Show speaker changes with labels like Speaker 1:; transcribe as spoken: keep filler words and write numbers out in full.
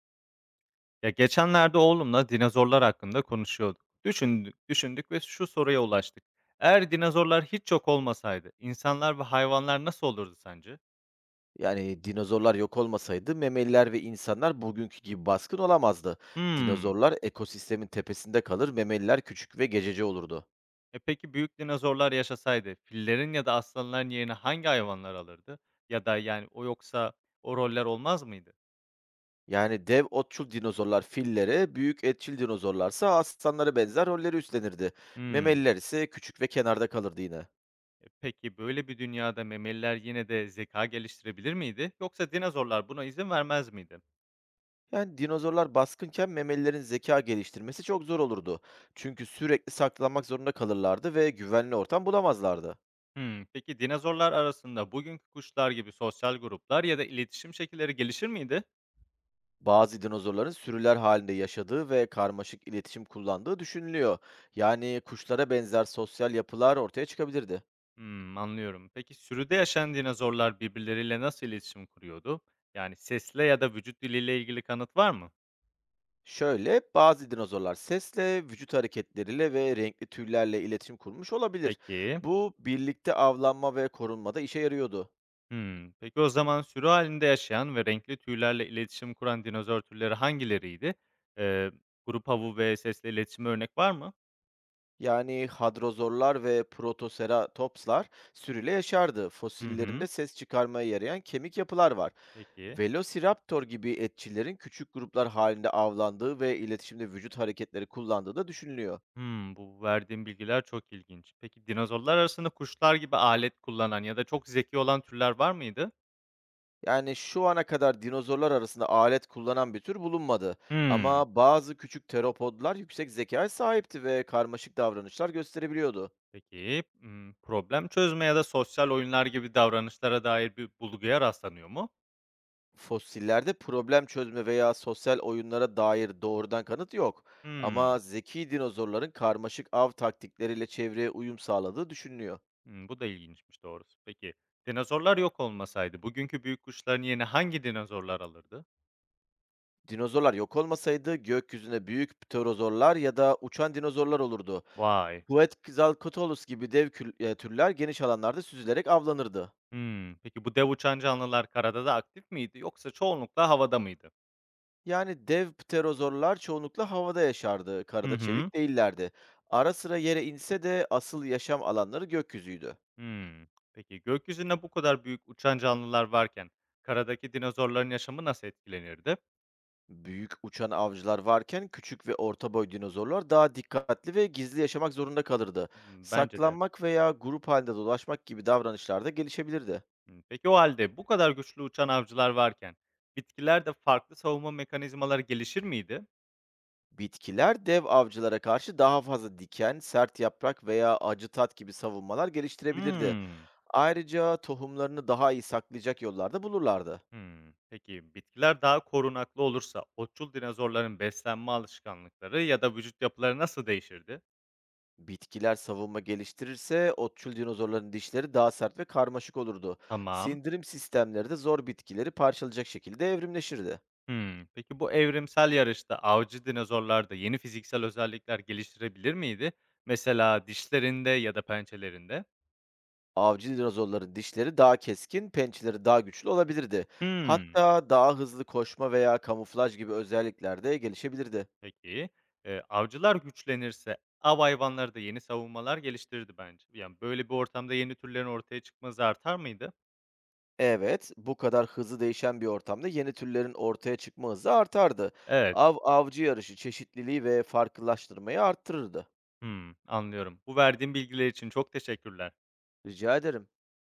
Speaker 1: Ya geçenlerde oğlumla dinozorlar hakkında konuşuyorduk. Düşündük, düşündük ve şu soruya ulaştık. Eğer dinozorlar hiç yok olmasaydı, insanlar ve hayvanlar nasıl olurdu sence?
Speaker 2: Yani, dinozorlar yok olmasaydı memeliler ve insanlar bugünkü gibi baskın olamazdı.
Speaker 1: Hmm.
Speaker 2: Dinozorlar ekosistemin tepesinde kalır, memeliler küçük ve gececi olurdu.
Speaker 1: E peki büyük dinozorlar yaşasaydı, fillerin ya da aslanların yerine hangi hayvanlar alırdı? Ya da yani o yoksa o roller olmaz mıydı?
Speaker 2: Yani dev otçul dinozorlar fillere, büyük etçil dinozorlarsa aslanlara benzer rolleri üstlenirdi.
Speaker 1: Hmm.
Speaker 2: Memeliler ise küçük ve kenarda kalırdı yine.
Speaker 1: E peki böyle bir dünyada memeliler yine de zeka geliştirebilir miydi? Yoksa dinozorlar buna izin vermez miydi?
Speaker 2: Yani dinozorlar baskınken memelilerin zeka geliştirmesi çok zor olurdu. Çünkü sürekli saklanmak zorunda kalırlardı ve güvenli ortam bulamazlardı.
Speaker 1: Hımm. Peki dinozorlar arasında bugünkü kuşlar gibi sosyal gruplar ya da iletişim şekilleri gelişir miydi?
Speaker 2: Bazı dinozorların sürüler halinde yaşadığı ve karmaşık iletişim kullandığı düşünülüyor. Yani kuşlara benzer sosyal yapılar ortaya çıkabilirdi.
Speaker 1: Hımm, anlıyorum. Peki sürüde yaşayan dinozorlar birbirleriyle nasıl iletişim kuruyordu? Yani sesle ya da vücut diliyle ilgili kanıt var mı?
Speaker 2: Şöyle, bazı dinozorlar sesle, vücut hareketleriyle ve renkli tüylerle iletişim kurmuş olabilir.
Speaker 1: Peki.
Speaker 2: Bu birlikte avlanma ve korunmada işe yarıyordu.
Speaker 1: Hımm. Peki o zaman sürü halinde yaşayan ve renkli tüylerle iletişim kuran dinozor türleri hangileriydi? Eee, Grup havu ve sesle iletişime örnek var mı?
Speaker 2: Yani hadrozorlar ve protoceratopslar sürüyle yaşardı.
Speaker 1: Hı hı.
Speaker 2: Fosillerinde ses çıkarmaya yarayan kemik yapılar var.
Speaker 1: Peki.
Speaker 2: Velociraptor gibi etçillerin küçük gruplar halinde avlandığı ve iletişimde vücut hareketleri kullandığı da düşünülüyor.
Speaker 1: Hımm, bu verdiğim bilgiler çok ilginç. Peki dinozorlar arasında kuşlar gibi alet kullanan ya da çok zeki olan türler var mıydı?
Speaker 2: Yani şu ana kadar dinozorlar arasında alet kullanan bir tür bulunmadı.
Speaker 1: Hımm.
Speaker 2: Ama bazı küçük teropodlar yüksek zekaya sahipti ve karmaşık davranışlar gösterebiliyordu.
Speaker 1: Peki, ımm, problem çözme ya da sosyal oyunlar gibi davranışlara dair bir bulguya rastlanıyor mu?
Speaker 2: Fosillerde problem çözme veya sosyal oyunlara dair doğrudan kanıt yok.
Speaker 1: Hımm.
Speaker 2: Ama zeki dinozorların karmaşık av taktikleriyle çevreye uyum sağladığı düşünülüyor.
Speaker 1: Hımm, bu da ilginçmiş doğrusu. Peki dinozorlar yok olmasaydı bugünkü büyük kuşların yerini hangi dinozorlar alırdı?
Speaker 2: Dinozorlar yok olmasaydı gökyüzünde büyük pterozorlar ya da uçan dinozorlar olurdu.
Speaker 1: Vay.
Speaker 2: Quetzalcoatlus gibi dev kül- e, türler geniş alanlarda süzülerek avlanırdı.
Speaker 1: Hımm. Peki bu dev uçan canlılar karada da aktif miydi yoksa çoğunlukla havada mıydı?
Speaker 2: Yani dev pterozorlar çoğunlukla havada yaşardı,
Speaker 1: Hı
Speaker 2: karada
Speaker 1: hı.
Speaker 2: çevik değillerdi. Ara sıra yere inse de asıl yaşam alanları gökyüzüydü.
Speaker 1: Hımm. Peki, gökyüzünde bu kadar büyük uçan canlılar varken karadaki dinozorların yaşamı nasıl etkilenirdi?
Speaker 2: Büyük uçan avcılar varken küçük ve orta boy dinozorlar daha dikkatli ve gizli yaşamak zorunda kalırdı.
Speaker 1: Hımm, bence de.
Speaker 2: Saklanmak veya grup halinde dolaşmak gibi davranışlar da gelişebilirdi.
Speaker 1: Hımm. Peki o halde bu kadar güçlü uçan avcılar varken bitkilerde farklı savunma mekanizmaları gelişir miydi?
Speaker 2: Bitkiler dev avcılara karşı daha fazla diken, sert yaprak veya acı tat gibi savunmalar geliştirebilirdi.
Speaker 1: Hımm.
Speaker 2: Ayrıca tohumlarını daha iyi saklayacak yollarda bulurlardı.
Speaker 1: Hımm. Peki, bitkiler daha korunaklı olursa otçul dinozorların beslenme alışkanlıkları ya da vücut yapıları nasıl değişirdi?
Speaker 2: Bitkiler savunma geliştirirse otçul dinozorların dişleri daha sert ve karmaşık olurdu.
Speaker 1: Tamam.
Speaker 2: Sindirim sistemleri de zor bitkileri parçalayacak şekilde evrimleşirdi.
Speaker 1: Hımm. Peki bu evrimsel yarışta avcı dinozorlar da yeni fiziksel özellikler geliştirebilir miydi? Mesela dişlerinde ya da pençelerinde?
Speaker 2: Avcı dinozorların dişleri daha keskin, pençeleri daha güçlü olabilirdi.
Speaker 1: Hımm.
Speaker 2: Hatta daha hızlı koşma veya kamuflaj gibi özellikler de gelişebilirdi.
Speaker 1: Peki. Eee, avcılar güçlenirse av hayvanları da yeni savunmalar geliştirirdi bence. Yani, böyle bir ortamda yeni türlerin ortaya çıkması artar mıydı?
Speaker 2: Evet, bu kadar hızlı değişen bir ortamda yeni türlerin ortaya çıkma hızı artardı.
Speaker 1: Evet.
Speaker 2: Av avcı yarışı çeşitliliği ve farklılaştırmayı arttırırdı.
Speaker 1: Hımm, anlıyorum. Bu verdiğin bilgiler için çok teşekkürler.
Speaker 2: Rica ederim.